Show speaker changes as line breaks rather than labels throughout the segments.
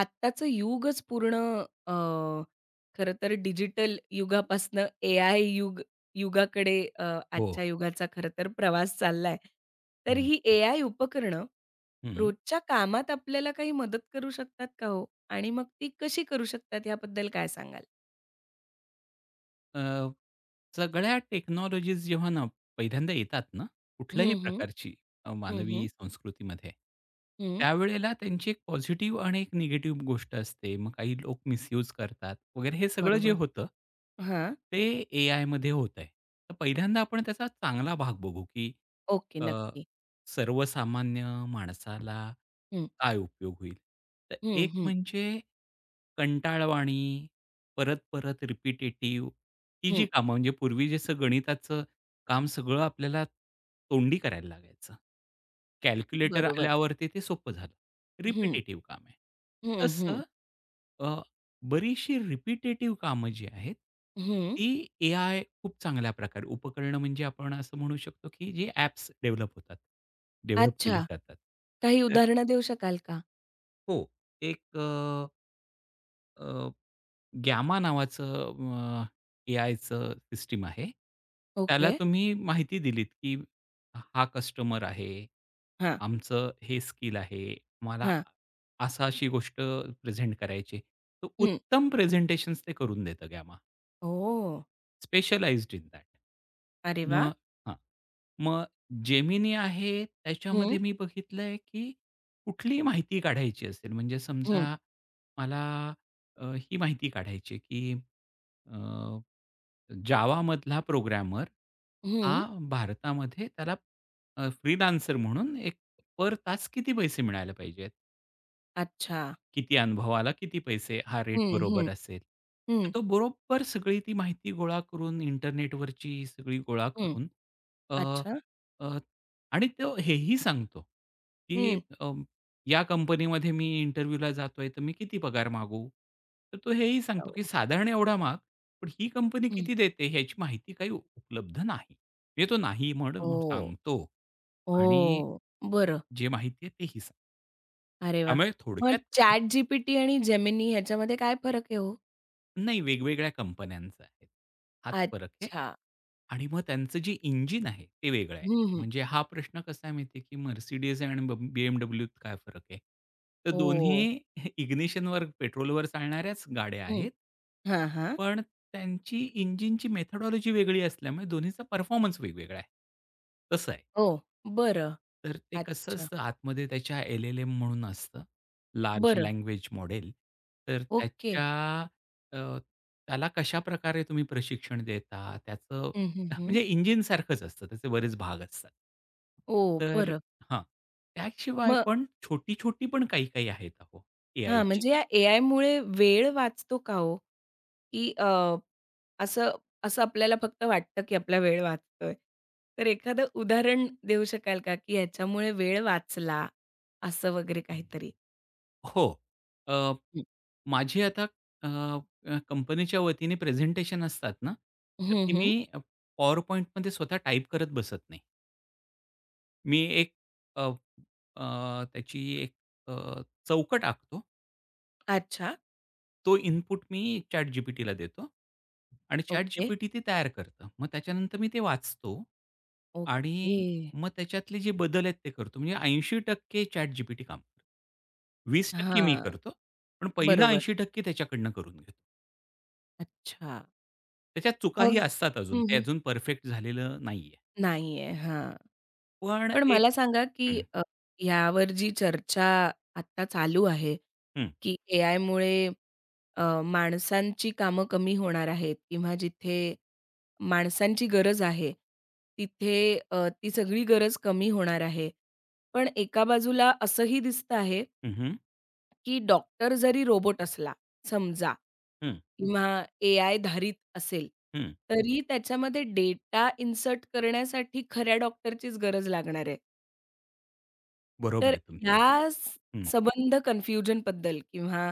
आत्ताचं युगच पूर्ण, अ, खरं तर डिजिटल युगापासनं एआय युगाकडे
हो.
आजच्या युगाचा खरं तर प्रवास चाललाय. तर
हं,
ही एआय उपकरणं
हं, हं.
रोजच्या कामात आपल्याला काही मदत करू शकतात का हो? आणि मग ती कशी करू शकतात याबद्दल काय सांगाल?
अ, सगळ्या टेक्नॉलॉजीज जेव्हा ना पहिल्यांदा येतात ना, कुठल्याही
हं, हं.
प्रकारची
हं, हं.
मानवी संस्कृतीमध्ये,
हं.
त्यावेळेला त्यांची एक पॉझिटिव्ह आणि एक निगेटिव्ह गोष्ट असते. मग काही लोक मिसयूज करतात वगैरे हे सगळं जे
बरोबर.
होतं,
हां.
ते एआयमध्ये होतंय. तर पहिल्यांदा आपण त्याचा चांगला भाग बघू, की
ओके.
अ,
नक्की.
सर्वसामान्य माणसाला
हं.
काय उपयोग होईल? तर
हं,
एक
हं.
म्हणजे कंटाळवाणी, परत-परत रिपिटेटिव्ह ही जी
हं.
कामं म्हणजे पूर्वी जसं गणिताचं काम सगळं आपल्याला तोंडी करायला लागायचं. कॅल्क्युलेटर
बरोबर.
आल्यावरती ते सोपं झालं.
हं.
रिपिटेटिव्ह काम आहे.
हं, हं.
तसं अ, बरीचशी रिपिटेटिव्ह कामं जी आहेत,
हं.
ती एआय खूप चांगल्या प्रकारे उपकरणं म्हणजे आपण असं म्हणू शकतो, की जी ॲप्स डेव्हलप होतात, डेव्हलप केली
अच्छा.
जातात.
काही
तर
उदाहरणं देऊ शकाल का?
हो, एक Gamma नावाचं एआयचं सिस्टम आहे. त्याला
ओके.
तुम्ही माहिती दिलीत, की हा कस्टमर आहे,
हां,
आमचं हे स्किल आहे, मला
हां.
असं अशी गोष्ट प्रेझेंट करायची. तर
हं.
उत्तम प्रेझेंटेशन्स ते करून देतं Gamma,
ओह!
Specialized in that.
अरे वाह!
मग मग Gemini आहे त्याच्यामध्ये
हं,
मी बघितलंय, की कुठलीही माहिती काढायची असेल म्हणजे
हं,
समजा मला ही माहिती काढायची आहे, की अ, जावामधला प्रोग्रामर हा
हं.
भारतामध्ये त्याला फ्रीलान्सर म्हणून एक पर तास किती पैसे मिळायला पाहिजेत?
अच्छा.
किती अनुभव आला, किती पैसे? हा रेट
हं,
बरोबर
हं,
असेल. तर
हं,
तो बरोबर सगळी ती माहिती गोळा करून इंटरनेटवरची सगळी गोळा
हं.
करून अ,
अच्छा.
अ, आणि तो हेही सांगतो, की
हं.
अ, या कंपनीमध्ये मी इंटरव्ह्यूला जातोय, तर मी किती पगार मागू? तर तो हेही सांगतो, की
हो.
साधारण एवढा माग, पण ही कंपनी
हं.
किती देते ह्याची माहिती काही उपलब्ध नाही. म्हणजे तो नाही म्हणून
ओह!
सांगतो आणि
ओह! बरं.
जे माहिती आहे तेही सांगतो.
अरे वाह!
त्यामुळे
मग
थोडक्यात
ChatGPT आणि Gemini ह्याच्यामध्ये काय फरक आहे हो?
नाही, वेगवेगळ्या कंपन्यांचं आहे. हाच फरक आहे.
अच्छा.
आणि मग त्यांचं जे इंजिन आहे, ते वेगळं आहे.
हं, हं.
म्हणजे हा प्रश्न कसा आहे माहिती आहे, की Mercedes आणि BMWत काय फरक आहे? तर
ओह!
दोन्ही इग्निशनवर, पेट्रोलवर चालणाऱ्याच गाड्या
हं.
आहेत.
हां, हां.
पण त्यांची इंजिनची मेथोडॉलॉजी वेगळी असल्यामुळे दोन्हीचा परफॉर्मन्स वेगवेगळा आहे. तसं आहे.
हो. बरं.
तर ते कसं
अच्छा.
असतं आतमध्ये त्याच्या एल-एल-एम म्हणून असतं, लार्ज
बरं.
Language model. तर
ओके.
त्याच्या अ, त्याला कशाप्रकारे तुम्ही प्रशिक्षण देता, त्याचं
हं, हं, हं.
म्हणजे इंजिनसारखंच असतं, त्याचे बरेच भाग असतात.
ओह!
तर
बरं.
हां, त्याशिवाय
मग
पण छोटी-छोटी पण काही-काही आहेत अहो
हां,
एआयची.
म्हणजे या एआयमुळे वेळ वाचतो का हो? की अ असं असं आपल्याला फक्त वाटतं, की आपला वेळ वाचतोय. तर एखादं उदाहरण देऊ शकाल का, की ह्याच्यामुळे वेळ वाचला, असं वगैरे काहीतरी?
हो. अ,
हं.
माझी आता अ, अ, कंपनीच्या वतीने प्रेझेंटेशन असतात ना, तर
हं,
ती मी
हं.
PowerPointमध्ये स्वतः टाइप करत बसत नाही. मी एक अ, अ, त्याची एक अ, चौकट आखतो.
अच्छा.
तो इनपुट मी ChatGPTला देतो आणि
ओके.
ChatGPT ते तयार करतं. मग त्याच्यानंतर मी ते वाचतो
ओके.
आणि मग त्याच्यातले जे बदल आहेत ते करतो. म्हणजे 80% ChatGPT काम करतं. 20% मी
हां.
करतो. पण पहिलं
बरोबर.
ऐंशी टक्के त्याच्याकडनं करून घेतो.
अच्छा.
त्याच्यात चुकाही
मग
असतात अजून.
हं,
ते
हं.
अजून परफेक्ट झालेलं नाहीये.
नाहीये. हां.
पण
पण
एक
मला सांगा, की
हं,
यावर जी चर्चा आता चालू आहे,
हं,
की एआयमुळे माणसांची कामं कमी होणार आहेत किंवा जिथे माणसांची गरज आहे. तिथे ती सगळी गरज कमी होणार आहे. पण एका बाजूला असंही दिसतं आहे,
हं, हं,
की डॉक्टर जरी रोबोट असला समजा
हं,
किंवा एआय धारित असेल,
हं.
तरी त्याच्यामध्ये डेटा इन्सर्ट करण्यासाठी खऱ्या डॉक्टरचीच गरज लागणार आहे.
बरोबर
तर
आहे तुमचं.
ह्या संबंध कन्फ्युजनबद्दल किंवा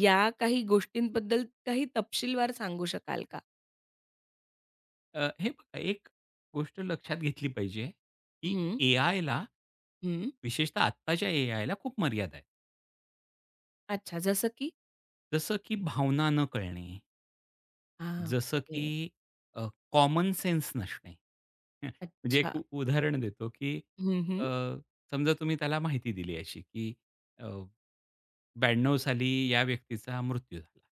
या काही गोष्टींबद्दल काही तपशीलवार सांगू शकाल का?
हे बघा एक गोष्ट लक्षात घेतली पाहिजे, की
हं,
एआयला
हं.
विशेषतः आत्ताच्या एआयला खूप मर्यादा आहेत.
अच्छा, जसं की?
जसं की भावना न कळणे,
हां,
जसं
ओके.
की अ, कॉमन सेन्स नसणे. म्हणजे एक
अच्छा.
उ उदाहरण देतो, की
हं, हं.
अ, समजा तुम्ही त्याला माहिती दिली अशी, की अ, साली या व्यक्तीचा मृत्यू झाला.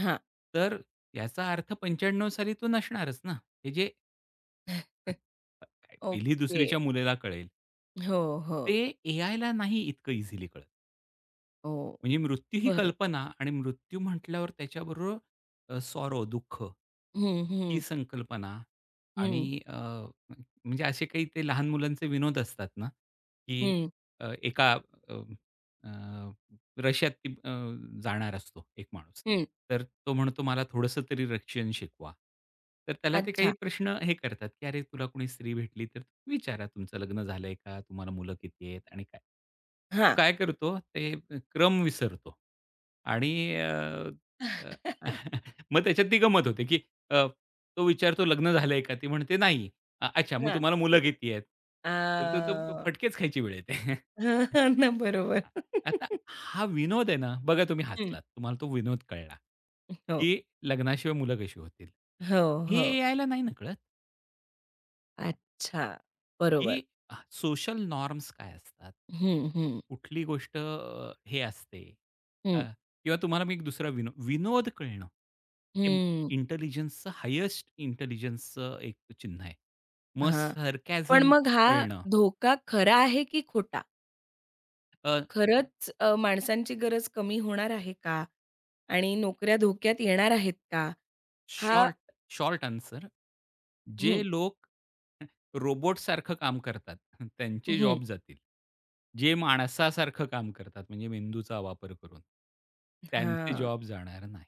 हां.
तर याचा अर्थ 95 साली तो नसणारच ना. हे जे काय
ओके.
पहिली-दुसरीच्या मुलीला कळेल.
हो, हो,
ते एआयला नाही इतकं इझिली कळत.
हो.
म्हणजे मृत्यू ही
बरं.
कल्पना आणि मृत्यू म्हटल्यावर त्याच्याबरोबर सॉरो दुःख
हं,
ही
हं,
संकल्पना आणि
हं,
म्हणजे असे काही ते लहान मुलांचे विनोद असतात ना, की
हं,
एका अ, अ रशियात ती जाणार असतो एक माणूस.
हं.
तर तो म्हणतो, "मला थोडंसं तरी रशियन शिकवा." तर त्याला ते काही
अच्छा.
प्रश्न हे करतात, की "अरे, तुला कोणी स्त्री भेटली तर विचारा, तुमचं लग्न झालंय का? तुम्हाला मुलं किती आहेत आणि काय?" तर तो
हां.
काय करतो, ते क्रम विसरतो आणि अ, अ, मग त्याच्यात ती गंमत होते, की अ, तो विचारतो, "लग्न झालंय का?" ती म्हणते, "नाही." अच्छा, मग
हां.
तुम्हाला मुलं किती आहेत?"
अ
तर तो तो फटकेच खायची वेळ येते.
ना, बरोबर.
आता हा विनोद आहे ना, बघा तुम्ही
हं.
हसलात. तुम्हाला तो विनोद कळला,
हो,
की लग्नाशिवाय मुलं कशी होतील?
हो,
हे
हो.
ए-आयला नाही ना कळत,
अच्छा. बरोबर.
की सोशल नॉर्म्स काय असतात?
हं, हं,
कुठली गोष्ट हे असते अ,
हं,
किंवा तुम्हाला मी एक दुसरा विनोद कळणं, हे
हं.
इंटेलिजन्सचं हायेस्ट इंटेलिजन्सचं एक चिन्ह आहे. मग
हां. पण
सार्कॅझम
मग हा
कळणं,
धोका खरा आहे की खोटा? खरंच माणसांची गरज कमी होणार आहे का? आणि नोकऱ्या धोक्यात येणार आहेत का? हा
शॉर्ट शॉर्ट आन्सर जे
हं,
लोक रोबोटसारखं काम करतात, त्यांचे
हं,
जॉब जातील. जे माणसासारखं काम करतात, म्हणजे मेंदूचा वापर करून, त्यांचे
हां,
जॉब जाणार नाही.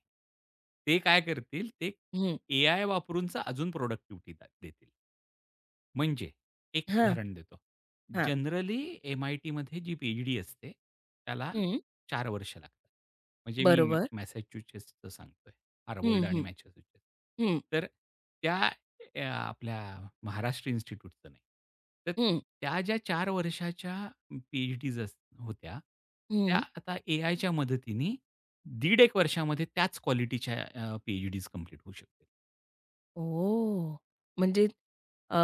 ते काय करतील, ते
हं,
एआय वापरूनचा अजून प्रॉडक्टिव्हिटी देतील. म्हणजे एक
हां,
उदाहरण देतो.
हां,
जनरली एम-आय-टीमध्ये जी पी-एच-डी असते, त्याला
हं,
4 वर्ष लागतात. म्हणजे मी
बरोबर.
मॅसॅच्युसेट्सचं सांगतोय. हार्वर्ड
हं,
आणि
हं,
मॅसॅच्युसेट्स.
हं,
तर त्या ए, आपल्या महाराष्ट्र इन्स्टिट्यूटचं नाही. तर
हं,
त्या ज्या 4 वर्षाच्या पी-एच-डीज होत्या, त्या
हं.
आता एआयच्या मदतीने 1.5 एक वर्षामध्ये त्याच क्वालिटीच्या पी-एच-डीज कंप्लीट होऊ शकते.
ओह! म्हणजे अ,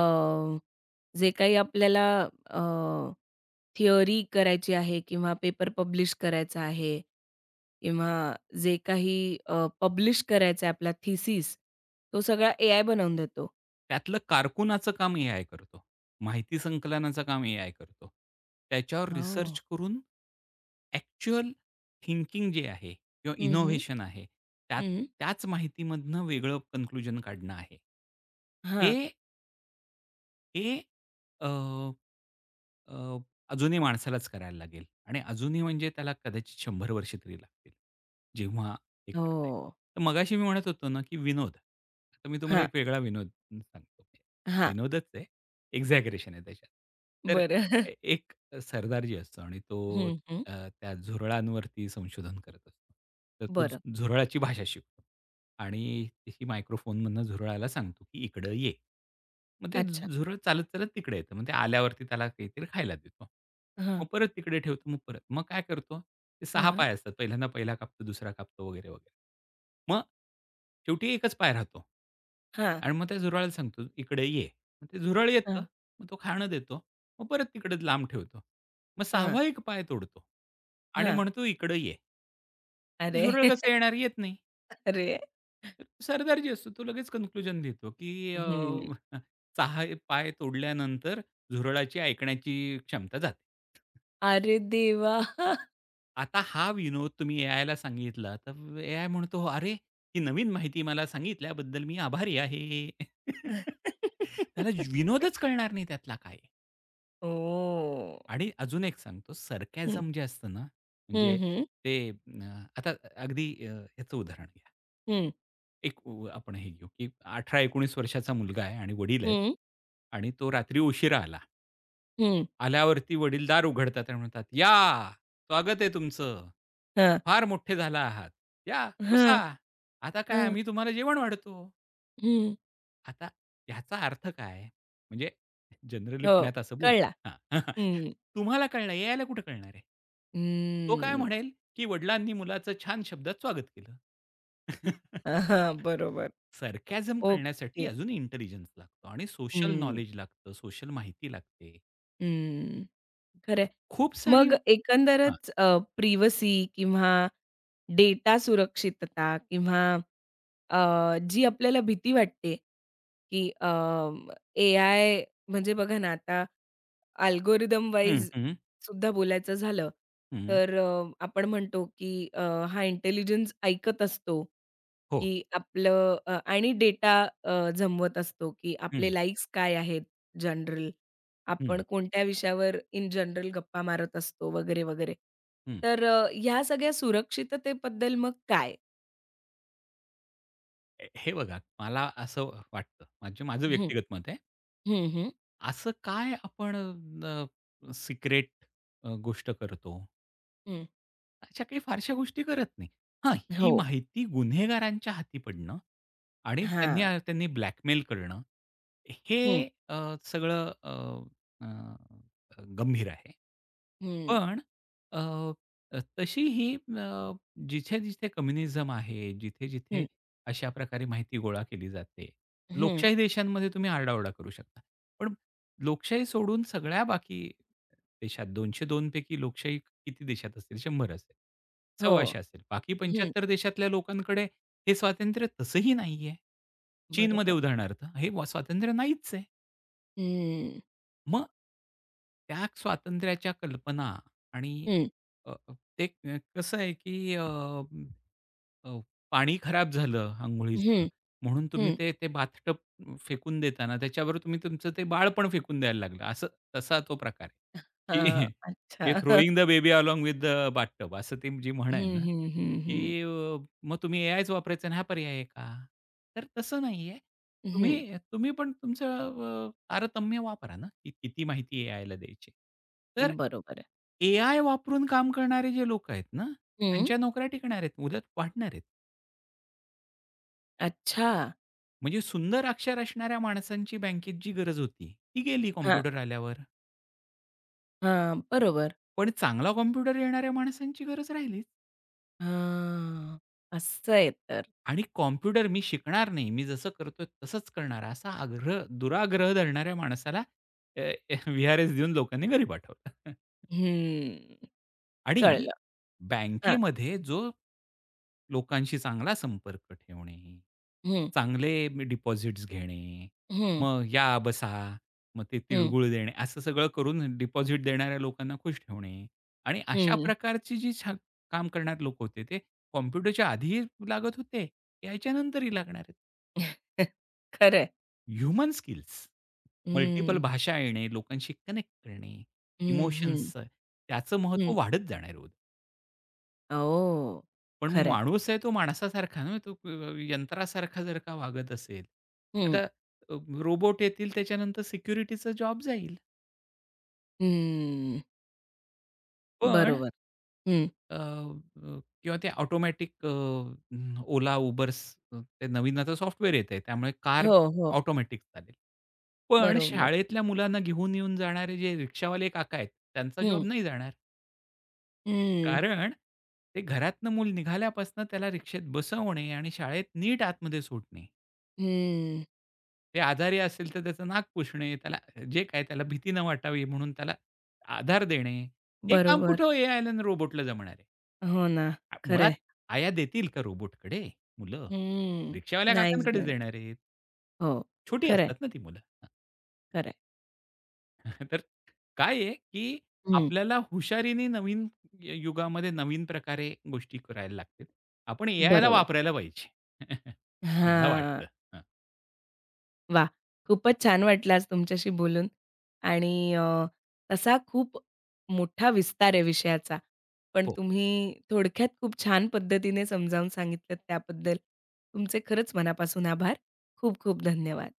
जे काही आपल्याला अ, थिअरी करायची आहे किंवा पेपर पब्लिश करायचा आहे किंवा जे काही पब्लिश करायचं आहे आपला थिसिस, तो सगळा एआय बनवून देतो.
त्यातलं कारकुनाचं काम एआय करतो. माहिती संकलनाचं काम एआय करतो. त्याच्यावर
हो.
रिसर्च करून ॲक्चुअल थिंकिंग जे आहे किंवा
हं, हं,
इनोव्हेशन आहे, त्यात
हं.
त्याच माहितीमधनं वेगळं कन्क्लुजन काढणं आहे. हे
हां.
हे अ, अजूनही माणसालाच करायला लागेल आणि अजूनही म्हणजे त्याला कदाचित 100 वर्ष तरी लागतील, जेव्हा हे करता येईल.
हो.
तर मगाशी मी म्हणत होतो ना, की विनोद. आता मी तुम्हाला
हां,
एक वेगळा विनोद सांगतो.
हां.
विनोदच आहे, एक्झॅगरेशन आहे त्याच्यात. तर
बरं.
एक सरदारजी असतो आणि तो
हं, हं.
अ, त्या झुरळांवरती संशोधन करत असतो. तर तो
बरं.
झुरळाची भाषा शिकतो. आणि तिशी मायक्रोफोनमधनं झुरळाला सांगतो, की "इकडं ये." मग ते
अच्छा.
झुरळ चालत-चालत तिकडे येतं. मग ते आल्यावरती त्याला काहीतरी खायला देतो.
हां,
मग परत तिकडे ठेवतो. मग परत. मग काय करतो, ते 6
हां,
पाय असतात. पहिल्यांदा पहिला कापतो, दुसरा कापतो वगैरे, वगैरे. मग शेवटी एकच पाय राहतो.
हां,
आणि मग त्या झुरळाला सांगतो, "इकडे ये." मग ते झुरळ येतं.
हां.
मग तो खाणं देतो. मग परत तिकडे लांब ठेवतो. मग
हां,
6वा एक पाय तोडतो आणि
हां.
म्हणतो, "इकडे ये."
अरे!
झुरळ कसं येणार? येत नाही.
अरे!
तर सरदार जे असतो तो लगेच कन्क्लुजन देतो, की
हं.
6 पाय तोडल्यानंतर झुरळाची ऐकण्याची क्षमता जाते.
अरे देवा!
आता हा विनोद तुम्ही एआयला सांगितला, तर एआय म्हणतो, "अरे, ही नवीन माहिती मला सांगितल्याबद्दल मी आभारी आहे." त्याला विनोदच कळणार नाही त्यातला काय आहे.
ओह!
आणि अजून एक सांगतो,
हं,
सरकॅझम जे असतं ना,
हं,
म्हणजे
हं,
ते आता अगदी ह्याचं उदाहरण
हं.
एक आपण हे घेऊ, की 18-19 वर्षाचा मुलगा आहे आणि वडील आहेत
हं,
आणि तो रात्री उशिरा आला. आल्यावरती वडील दार उघडतात आणि म्हणतात, "या, स्वागत आहे तुमचं.
हां,
फार मोठे झाला आहात. या,
हां,
बसा. आता काय
हां.
आम्ही तुम्हाला जेवण वाढतो."
हं.
आता ह्याचा अर्थ काय? म्हणजे जनरली
हो,
पुण्यात असं बोलतात.
कळला.
हां.
हं,
तुम्हाला कळणार, AI ला कळणार आहे? तो काय
हं.
म्हणेल, की वडिलांनी मुलाचं छान शब्दात स्वागत केलं.
हां, बरोबर.
सरकॅझम करण्यासाठी
ओके.
अजूनही इंटेलिजन्स लागतो आणि सोशल
हं,
नॉलेज लागतं, सोशल माहिती लागते.
हं. खरंय.
खूप सारी
मग
हां.
एकंदरच प्रिव्हसी किंवा डेटा सुरक्षितता किंवा जी आपल्याला भीती वाटते, की एआय म्हणजे बघा ना, आता अल्गोरिदम
हं,
वाईज
हं,
सुद्धा बोलायचं झालं,
हं.
तर आपण म्हणतो, की हा इंटेलिजन्स ऐकत असतो,
हो.
की आपलं आणि डेटा जमवत असतो, की
हं,
आपले लाइक्स काय आहेत जनरल.
हं,
आपण कोणत्या विषयावर इन जनरल गप्पा मारत असतो वगैरे, वगैरे.
हं.
तर ह्या सगळ्या सुरक्षिततेबद्दल मग काय?
हे बघा, मला असं वाटतं, म्हणजे माझं
हं,
व्यक्तिगत मत आहे.
हं, हं,
असं काय आपण सिक्रेट गोष्ट करतो?
हं.
अशा काही फारशा गोष्टी करत नाही. हां, ही
हो.
माहिती गुन्हेगारांच्या हाती पडणं आणि त्यांनी
हां.
अ, त्यांनी ब्लॅकमेल करणं
हं,
हे अ, सगळं अ, अ, गंभीर आहे.
हं,
पण अ, अ, तशी ही जिथे-जिथे कम्युनिझम आहे, जिथे-जिथे
हं,
अशा प्रकारे माहिती गोळा केली जाते.
हं.
लोकशाही देशांमध्ये तुम्ही आरडाओरडा करू शकता. पण लोकशाही सोडून सगळ्या बाकी देशात 202 पैकी लोकशाही किती देशात असेल? 100 असेल.
हो.
100 असेल. बाकी
हं.
75 देशातल्या लोकांकडे हे स्वातंत्र्य तसंही नाहीये. चीनमध्ये
बरोबर.
उदाहरणार्थ हे स्वातंत्र्य नाहीच आहे.
हं,
मग त्या स्वातंत्र्याच्या कल्पना आणि
हं,
अ, अ, ते कसं आहे की म, अ, पाणी खराब झालं अंघोळीचं,
हं,
म्हणून तुम्ही
हं.
ते ते बाथटब फेकून देताना त्याच्यावर तुम्ही तुमचं ते बाळ पण फेकून द्यायला लागलं. असं तसा तो प्रकार आहे, की
हां.
हे
अच्छा.
Throwing the baby along with the bathtub असं ती जी म्हण आहे
हं,
ना,
हं, हं, हं.
की मग तुम्ही एआयच वापरायचा आणि हा पर्याय आहे का? तर तसं नाहीये.
हं.
तुम्ही तुम्ही पण तुमचं तारतम्य वापरा ना, की किती माहिती एआयला द्यायची. तर
बरोबर आहे.
एआय वापरून काम करणारे जे लोकं आहेत ना,
हं.
त्यांच्या नोकऱ्या टिकणार आहेत, उलट वाढणार आहेत.
अच्छा.
म्हणजे सुंदर अक्षर असणाऱ्या माणसांची बँकेत जी गरज होती, ती गेली
हां,
कॉम्प्युटर आल्यावर.
हां. बरोबर.
पण चांगला कॉम्प्युटर येणाऱ्या माणसांची गरज राहिलीच.
हां. असं आहे तर.
आणि कॉम्प्युटर मी शिकणार नाही, मी जसं करतोय तसंच करणार असा आग्रह दुराग्रह धरणाऱ्या माणसाला व्ही-आर-एस देऊन लोकांनी घरी पाठवलं.
हं.
आणि
कळलं. हां.
बँकेमध्ये जो लोकांशी चांगला संपर्क ठेवणे,
हं.
चांगले डिपॉझिट्स घेणे,
हं,
मग या, बसा, मग ते
हं,
तिळगुळ देणे, असं सगळं करून डिपॉझिट देणाऱ्या लोकांना खुश ठेवणे आणि अशा
हं.
प्रकारची जी काम करणारे लोक होते, ते कॉम्प्युटरच्या आधी लागत होते, यायच्या नंतरही लागणार आहेत.
खरं
ह्युमन स्किल्स, मल्टिपल
हं,
भाषा येणे, लोकांशी कनेक्ट करणे,
हं, हं,
इमोशन्स त्याचं महत्त्व
हं.
वाढत जाणार आहे
ओह!
पण
खरं
माणूस आहे तो माणसासारखा ना, तो यंत्रासारखा जर का वागत असेल,
हं,
आता रोबोट येतील त्याच्यानंतर सिक्युरिटीचा जॉब जाईल.
हं.
पण
बरोबर. हं.
अ, अ, किंवा ते automatic Ola Ubers Ola, Ubers ते नवीन आता सॉफ्टवेअर येतंय त्यामुळे कार
हो, हो.
ऑटोमॅटिक चालेल. पण
बरोबर.
शाळेतल्या मुलांना घेऊन येऊन जाणारे जे रिक्षावाले काका आहेत, त्यांचा जॉब
हं,
नाही जाणार.
हं,
कारण ते घरातनं मूल निघाल्यापासून त्याला रिक्षेत बसवणे आणि शाळेत नीट आतमध्ये सोडणे
हं.
ते आजारी असेल तर त्याचं नाक पुसणे, त्याला जे काय त्याला भीती न वाटावी म्हणून त्याला आधार देणे, हे काम
बरोबर.
कुठं एआयला आणि रोबोटला जमणार आहे.
हो ना.
मुळात
खरं
आया देतील का रोबोटकडे मुलं?
हं.
रिक्षावाल्या
नाहीच
काकांकडेच
देणार.
देणार आहेत.
हो.
छोटी
खरं आहे,
असतात ना ती मुलं. तर काय आहे, की
हं.
आपल्याला हुशारीने नवीन युगामध्ये नवीन प्रकारे गोष्टी करायला लागतील. आपण एआयला
बरोबर.
वापरायला पाहिजे. असं मला
हां.
वाटतं. हं,
वा, खूपच छान वाटलं आज तुमच्याशी बोलून आणि तसा खूप मोठा विस्तार आहे विषयाचा. पण
हो.
तुम्ही थोडक्यात खूप छान पद्धतीने समजावून सांगितलं त्याबद्दल तुमचे खरंच मनापासून आभार. खूप खूप धन्यवाद.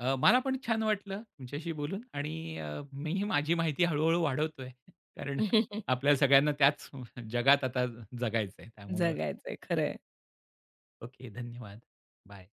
मला पण छान वाटलं तुमच्याशी बोलून आणि मीही माझी माहिती हळू-हळू वाढवतोय. कारण आपल्या सगळ्यांना त्याच जगात आता जगायचंय. त्यामुळं
जगायचंय खरंय.
ओके. धन्यवाद. बाय.